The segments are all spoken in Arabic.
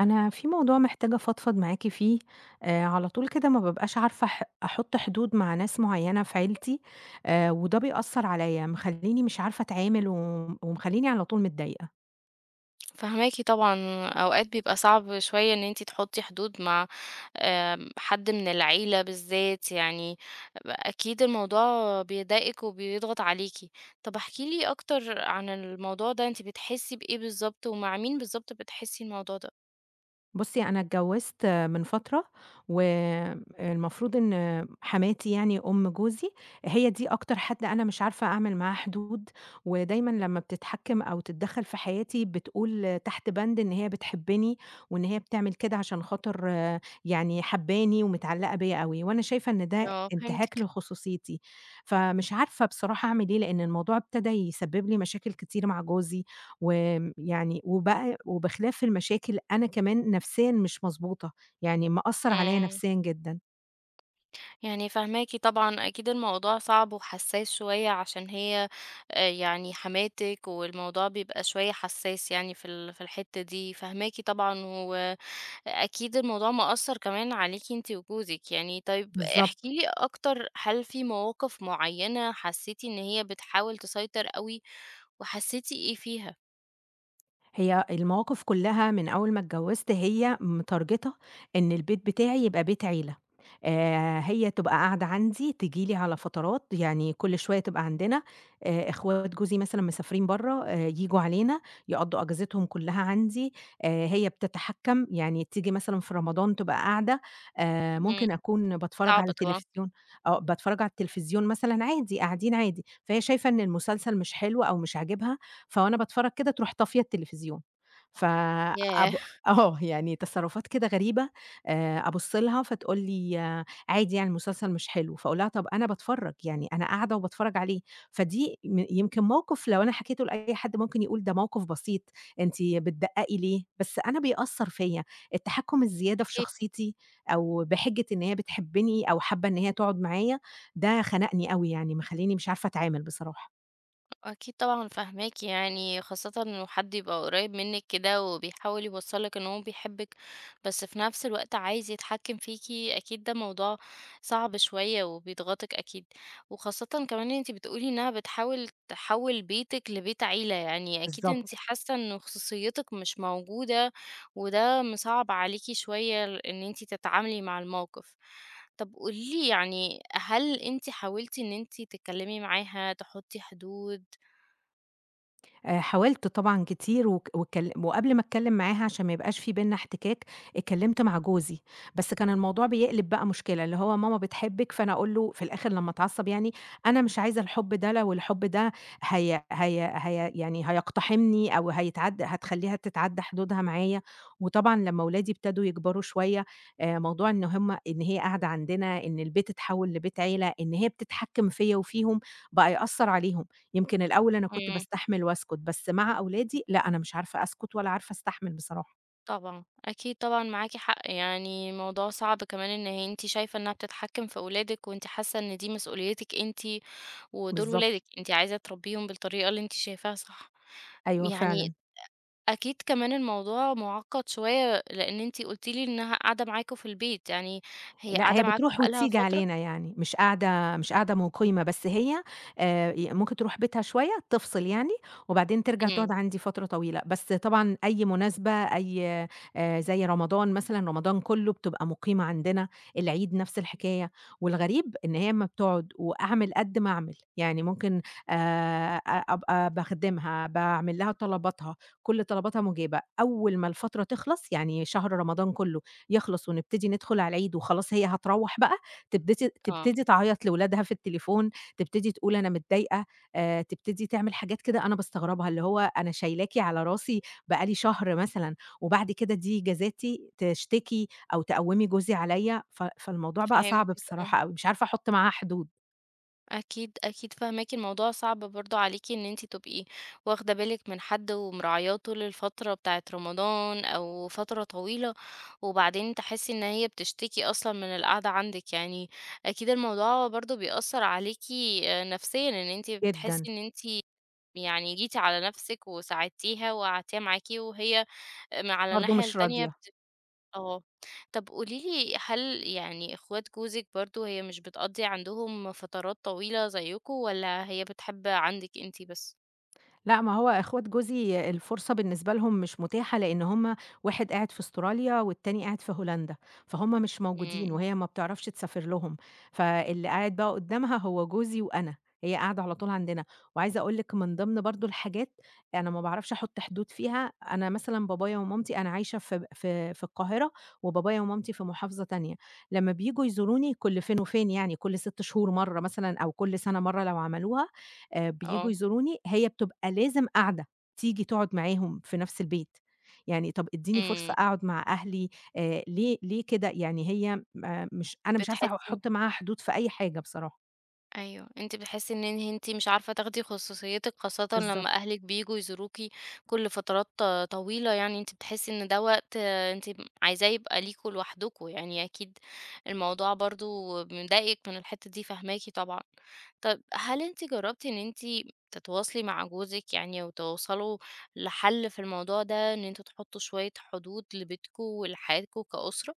أنا في موضوع محتاجة أفضفض معاكِ فيه، على طول كده ما بابقاش عارفة أحُط حدود مع ناس معيّنة في عيلتي، وده بيأثّر عليَّ، مخلّيني مش عارفة أتعامل ومخلّيني على طول متضايقة. فاهماكِ طبعًا، أوقات بيبقى صعب شوية إن أنتِ تحطّي حدود مع حد من العيلة بالذات يعني، أكيد الموضوع بيضايقِك وبيضغط عليكِ. طب احكِ لي أكتر عن الموضوع ده، أنتِ بتحسّي بإيه بالضبط ومع مين بالضبط بتحسّي الموضوع ده؟ بُصّي، أنا اتجوّزت من فترة، والمفروض إن حماتي يعني أم جوزي، هي دي أكتر حد أنا مش عارفة أعمل معاه حدود، ودايمًا لمّا بتتحكّم أو تتدخّل في حياتي بتقول تحت بند إن هي بتحبّني، وإن هي بتعمل كده عشان خاطر يعني حابّاني ومتعلّقة بيّا أوي، وأنا شايفة إن ده آه، انتهاك فهمتِك. لخصوصيتي، فمش عارفة بصراحة أعمل إيه، لإن الموضوع ابتدى يسبّب لي مشاكل كتير مع جوزي، يعني وبقى وبخلاف المشاكل أنا كمان نفسيًا مش مضبوطة، يعني مأثّر عليَّ إمم، نفسيًا جدًا. يعني فاهماكِ طبعًا، أكيد الموضوع صعب وحساس شوية عشان هي يعني حماتِك والموضوع بيبقى شوية حساس يعني في الحتّة دي، فاهماكِ طبعًا، و أكيد الموضوع مأثّر كمان عليكِ أنتِ وجوزِك يعني. طيب احكي بالضبط. لي أكتر، هل في مواقف معيّنة حسّيتِ إن هي بتحاول تسيطر أوي وحسّيتِ إيه فيها؟ هي المواقف كلّها من أول ما اتجوّزت هي متارجته إن البيت بتاعي يبقى بيت عيلة، هي تبقى قاعدة عندي، تيجي لي على فترات، يعني كل شوية تبقى عندنا، إخوات جوزي مثلًا مسافرين برّه، ييجوا علينا، يقضّوا أجازتهم كلّها عندي، هي بتتحكّم، يعني تيجي مثلًا في رمضان تبقى قاعدة، إمم، ممكن أكون باتفرّج صعب على طبعًا. تلفزيون باتفرّج على التلفزيون مثلًا عادي، قاعدين عادي، فهي شايفة إن المسلسل مش حلو أو مش عاجبها فوأنا باتفرّج كده تروح طافية التلفزيون، ف ياه! أب يعني تصرُّفات كده غريبة. أبُص لها فتقول لي: "آه، عادي يعني المسلسل مش حلو." فاقول لها: "طَب أنا باتفرّج، يعني أنا قاعدة وباتفرّج عليه." فدي يمكن موقِف لو أنا حكيته لأي حد ممكن يقول ده موقِف بسيط، أنتِ بتدقّقي ليه؟ بس أنا بيأثّر فيّا، التحكُّم الزيادة في أكيد. شخصيتي أو بحِجّة إن هي بتحبّني أو حابّة إن هي تقعُد معايا، ده خنقني أوي يعني مخلّيني مش عارفة أتعامل بصراحة. أكيد طبعًا فاهماكِ يعني، خاصةً لو حد يبقى قريب منِّك كده وبيحاول يوصّل لِك إن هو بيحبِّك، بس في نفس الوقت عايز يتحكّم فيكِ، أكيد ده موضوع صعب شوية وبيضغطِك أكيد، وخاصةً كمان أنتِ بتقولي إنها بتحاول تحوّل بيتِك لبيت عيلة، يعني أكيد أنتِ بالضبط. حاسة إن خصوصيتِك مش موجودة، وده مصعّب عليكِ شوية ال إن أنتِ تتعاملي مع الموقف. طَب قولي لي يعني هل أنتِ حاولتِ إن أنتِ تتكلمي معاها، تحطّي حدود؟ حاولت طبعًا كتير وك واتكل وقبل ما أتكلم معاها عشان ما يبقاش في بيننا احتكاك، اتكلمت مع جوزي، بس كان الموضوع بيقلب بقى مشكلة، اللي هو ماما بتحبِك، فأنا أقول له في الآخر لمّا اتعصب يعني: "أنا مش عايزة الحب ده، لو الحب ده هي يعني هيقتحمني أو هيتعدى هتخلّيها تتعدى حدودها معايا." وطبعًا لمّا ولادي ابتدوا يكبروا شوية، موضوع إن هي قاعدة عندنا، إن البيت اتحوّل لبيت عيلة، إن هي بتتحكم فيّا وفيهم، بقى يأثّر عليهم. يمكن الأول أنا كنت إمم، باستحمل واسكت، بس مع أولادي لأ، أنا مش عارفة أسكت ولا عارفة أستحمل بصراحة. طبعًا، أكيد طبعًا معاكِ حق، يعني الموضوع صعب كمان إن هي أنتِ شايفة إنها بتتحكم في ولادِك، وأنتِ حاسة إن دي مسؤوليتِك أنتِ، ودول بالضبط، ولادِك، أنتِ عايزة تربيهم بالطريقة اللي أنتِ شايفاها صح، أيوه يعني فعلًا. أكيد كمان الموضوع مُعقّد شوية، لإن أنتِ قُلتِ لي إنها قاعدة معاكم في البيت، يعني هي لأ، قاعدة هي معاكم بتروح بقى لها وتيجي فترة؟ علينا يعني، مش قاعدة مُقيمة، بس هي ي ممكن تروح بيتها شوية تفصل يعني، وبعدين ترجع إمم، تقعد عندي فترة طويلة، بس طبعًا أي مناسبة أي زي رمضان مثلًا، رمضان كلّه بتبقى مُقيمة عندنا، العيد نفس الحكاية، والغريب إن هي أمّا بتقعد وأعمل قد ما أعمل، يعني ممكن أ أبقى باخدمها، باعمل لها طلباتها، كل طلباتها مُجابة، أول ما الفترة تخلص يعني شهر رمضان كلّه يخلص ونبتدي ندخل على العيد وخلاص هي هتروّح بقى، تبتدي آه، تبتدي تعيّط لولادها في التليفون، تبتدي تقول أنا متضايقة، تبتدي تعمل حاجات كده أنا باستغربها، اللي هو أنا شايلاكِ على راسي بقى لي شهر مثلًا، وبعد كده دي جزاتي، تشتكي أو تقوّمي جوزي عليّا، فالموضوع بقى صعب فهمتِك، آه. بصراحة أوي، مش عارفة أحُط معاها حدود، أكيد أكيد فاهماكِ، الموضوع صعب برضه عليكِ إن أنتِ تبقي واخدة بالِك من حد ومراعياه طول الفترة بتاعة رمضان أو فترة طويلة، وبعدين تحسي إن هي بتشتكي أصلًا من القعدة عندِك، يعني أكيد الموضوع برضه بيأثّر عليكِ نفسيًا، إن أنتِ بتحسي جدًا، إن أنتِ يعني جيتِ على نفسِك وساعدتيها وقعدتيها معاكِ وهي على برضه الناحية مش التانية راضية. آه. طب قولي لي هل يعني إخوات جوزِك برضه هي مش بتقضّي عندهم فترات طويلة زيكم والّا هي بتحب عندِك أنتِ بس؟ لأ، ما هو إخوات جوزي الفرصة بالنسبة لهم مش متاحة، لإن هُم واحد قاعد في أستراليا والتاني قاعد في هولندا، فهُم مش موجودين، إمم، وهي ما بتعرفش تسافر لهم، فاللي قاعد بقى قدامها هو جوزي وأنا، هي قاعدة على طول عندنا. وعايزة أقول لِك من ضمن برضه الحاجات أنا ما باعرفش أحط حدود فيها، أنا مثلًا بابايا ومامتي أنا عايشة في القاهرة، وبابايا ومامتي في محافظة تانية، لمّا بييجوا يزوروني كل فين وفين يعني كل 6 شهور مرة مثلًا أو كل سنة مرة لو عملوها، بييجوا آه، يزوروني، هي بتبقى لازم قعدة، تيجي تقعد معاهم في نفس البيت، يعني طَب ادّيني إمم. فرصة أقعد مع أهلي. ليه كده؟ يعني هي م مش أنا مش عارفة أح بتحسّي أحُط معاها حدود في أي حاجة بصراحة. أيوه، أنتِ بتحسّي إن أنتِ مش عارفة تاخدي خصوصيتِك، خاصةً بالضبط. لمّا أهلِك بييجوا يزوروكِ كل فترات طويلة، يعني أنتِ بتحسّي إن ده وقت أنتِ عايزاه يبقى ليكم لوحدكم، يعني أكيد الموضوع برضه مضايقِك من الحتّة دي، فاهماكِ طبعًا. طَب هل أنتِ جرّبتِ إن أنتِ تتواصلي مع جوزِك يعني وتوصلوا لحل في الموضوع ده، إن أنتم تحطّوا شوية حدود لبيتكم ولحياتكم كأسرة؟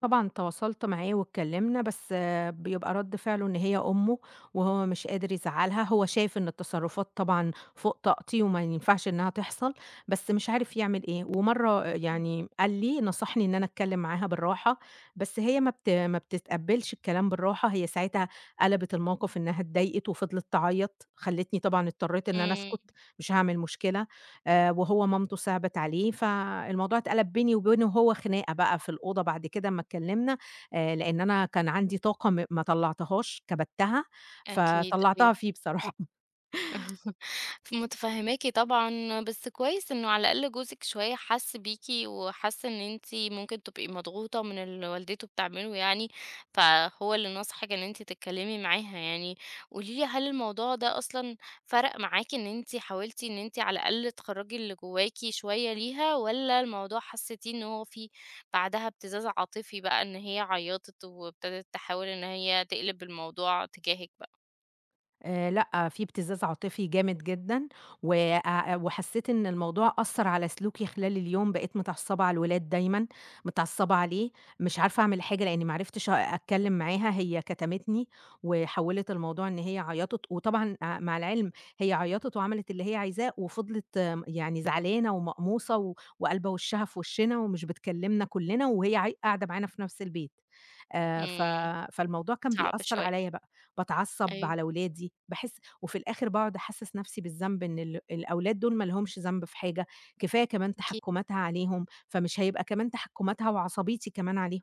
طبعًا تواصلت معاه واتكلمنا، بس بيبقى رد فعله إن هي أمه، وهو مش قادر يزعّلها، هو شايف إن التصرفات طبعًا فوق طاقتي وما ينفعش إنها تحصل، بس مش عارف يعمل إيه، ومرّة يعني قال لي نصحني إن أنا أتكلم معاها بالراحة، بس هي ما بتتقبلش الكلام بالراحة، هي ساعتها قلبت الموقف إنها اتضايقت وفضلت تعيط، خلّتني طبعًا اضطريت إن أنا إمم، أسكت، مش هاعمل مشكلة. وهو مامته صِعبِت عليه، فالموضوع اتقلب بيني وبينه هو خناقة بقى في الأوضة بعد كده أمّا اتكلّمنا، لإن أنا كان عندي طاقة ما طلّعتهاش، كبتّها، أكيد، فطلّعتها أيوه. فيه بصراحة. متفهماكِ طبعًا، بس كويس إنه على الأقل جوزِك شوية حَسّ بيكِ، وحَسّ إن أنتِ ممكن تبقي مضغوطة من اللي والدته بتعمله يعني، فهو اللي نصحِك إن أنتِ تتكلمي معاها يعني. قولي لي هل الموضوع ده أصلًا فرق معاكِ إن أنتِ حاولتِ إن أنتِ على الأقل تخرّجي اللي جواكِ شوية ليها، والّا الموضوع حسيتيه إن هو فيه بعدها ابتزاز عاطفي بقى، إن هي عيّطت وابتدت تحاول إن هي تقلب الموضوع تجاهِك بقى؟ لأ، في ابتزاز عاطفي جامد جدًا، وحسيت إن الموضوع أثّر على سلوكي خلال اليوم، بقيت متعصبة على الولاد دايمًا، متعصبة عليه، مش عارفة أعمل حاجة لإني ما عرفتش أتكلم معاها، هي كتمتني وحوّلت الموضوع إن هي عيّطت، وطبعًا مع العلم هي عيّطت وعملت اللي هي عايزاه، وفضلت يعني زعلانة ومقموصة وقالبة وشّها في وشّنا ومش بتكلمنا كلّنا، وهي قاعدة معانا في نفس البيت. ف إمم، فالموضوع كان صعب بيأثّر شوية. عليّا بقى، باتعصّب أيوه، على ولادي، وفي الآخر باقعد أحسّس نَفْسي بالذنب إن الأولاد دول ما لهمش ذنب في حاجة، كفاية كمان أكيد. تحكُّماتها عليهم، فمش هيبقى كمان تحكُّماتها وعصبيتي كمان عليهم.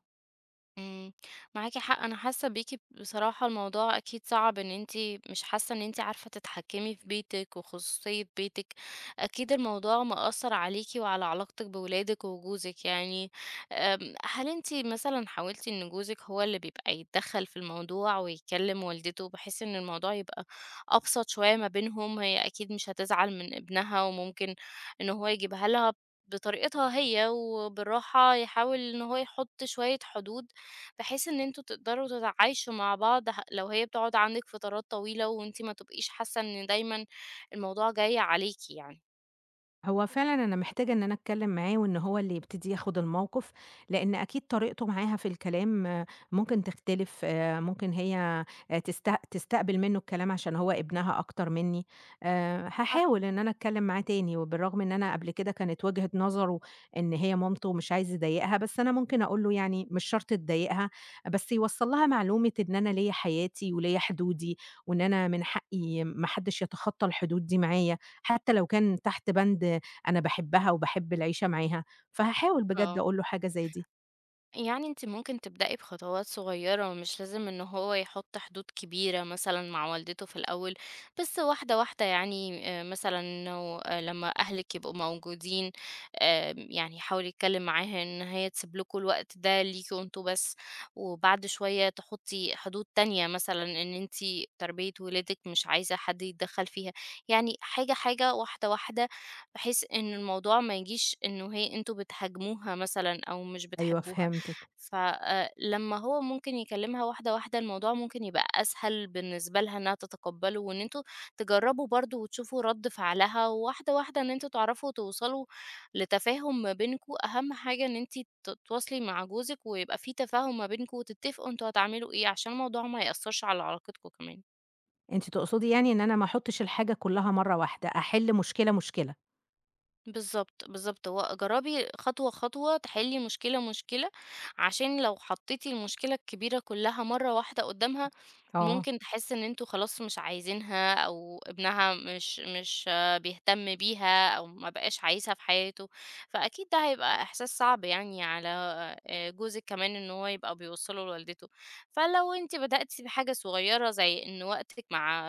إمم، معاكِ حق، أنا حاسة بيكِ بصراحة الموضوع أكيد صعب إن أنتِ مش حاسة إن أنتِ عارفة تتحكمي في بيتِك وخصوصية بيتِك، أكيد الموضوع مأثّر عليكِ وعلى علاقتِك بولادِك وجوزِك يعني. هل أنتِ مثلًا حاولتِ إن جوزِك هو اللي بيبقى يتدخّل في الموضوع ويكلّم والدته بحيث إن الموضوع يبقى أبسط شوية ما بينهم، هي أكيد مش هتزعل من ابنها وممكن إن هو يجيبها لها بطريقتها هي وبالراحة يحاول إن هو يحُط شوية حدود بحيث إن أنتم تقدروا تتعايشوا مع بعض، لو هي بتقعد عندك فترات طويلة وانتي ما تبقيش حاسة إن دايما الموضوع جاي عليكي يعني. هو فعلًا أنا محتاجة إن أنا أتكلّم معاه وإن هو اللي يبتدي ياخُد الموقِف، لإن أكيد طريقته معاها في الكلام ممكن تختلف، ممكن هي تستقبل منّه الكلام عشان هو ابنها أكتر منّي، صح. هاحاول إن أنا أتكلّم معاه تاني، وبالرغم إن أنا قبل كده كانت وجهة نظره إن هي مامته ومش عايز يضايقها، بس أنا ممكن أقول له يعني مش شرط تضايقها، بس يوصّل لها معلومة إن أنا ليّا حياتي وليّا حدودي، وإن أنا من حقّي ما حدّش يتخطّى الحدود دي معايا، حتى لو كان تحت بند أنا باحبها وباحب العيشة معاها، فهاحاول بجد اه أقول له حاجة زي دي. يعني انت ممكن تبدأي بخطوات صغيرة، مش لازم ان هو يحط حدود كبيرة مثلا مع والدته في الأول، بس واحدة واحدة يعني. مثلا انه، لما أهلك يبقوا موجودين، يعني حاولي يتكلم معاها ان هي تسيب لكم الوقت ده ليكوا انتوا بس، وبعد شوية تحطي حدود تانية مثلا ان انت تربية ولادك مش عايزة حد يتدخل فيها، يعني حاجة حاجة، واحدة واحدة، بحيث ان الموضوع ما يجيش انه هي انتوا بتهاجموها مثلا او مش أيوه بتحبوها. فهمتِك. ف لمّا هو ممكن يكلمها واحدة، واحدة، الموضوع ممكن يبقى أسهل بالنسبة لها إنها تتقبله، وإن أنتم تجربوا برضه وتشوفوا رد فعلها، وواحدة، واحدة، إن أنتم تعرفوا توصلوا لتفاهم ما بينكم، أهم حاجة إن أنتِ تتواصلي مع جوزِك ويبقى في تفاهم ما بينكم، وتتفقوا أنتم هتعملوا إيه، عشان الموضوع ما يأثرش على علاقتكم كمان. أنتِ تقصدي يعني إن أنا ما أحطش الحاجة كلها مرّة واحدة، أحل مشكلة، مشكلة. بالضبط، بالضبط. هو جرّبي خطوة، خطوة، تحلّي مشكلة، مشكلة، عشان لو حطّيتِ المشكلة الكبيرة كُلّها مرّة واحدة قُدّامها، آه، ممكن تحس إن أنتم خلاص مش عايزينها أو ابنها مش بيهتم بيها أو ما بقاش عايزها في حياته، فأكيد ده هيبقى إحساس صعب يعني على جوزِك كمان إن هو يبقى بيوصّله لوالدته. فلو أنتِ بدأتِ بحاجة صغيرة زي إن وقتِك مع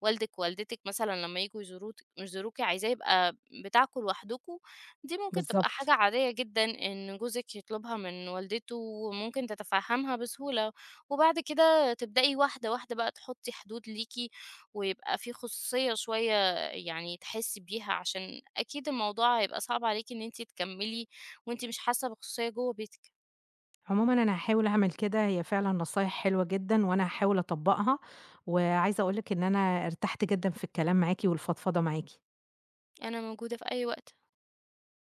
والدِك ووالدتِك مثلًا لمّا ييجوا يزوروت يزوروكِ يزوروكي عايزاه يبقى بتاعكم لوحدكم، دي ممكن تبقى حاجة بالضبط. عادية جدًا إن جوزِك يطلبها من والدته وممكن تتفهّمها بسهولة، وبعد كده تبدئي واحدة، واحدة بقى تحُطّي حدود ليكِ ويبقى في خصوصية شوية يعني تحسّي بيها، عشان أكيد الموضوع هيبقى صعب عليكِ إن أنتِ تكمّلي وأنتِ مش حاسّة بخصوصية جوّه بيتِك. عمومًا أنا هاحاول أعمل كده، هي فعلًا نصايح حلوة جدًا وأنا هاحاول أطبّقها، وعايزة أقول لِك إن أنا ارتحت جدًا في الكلام معاكِ والفضفضة معاكِ. أنا موجودة في أي وقت.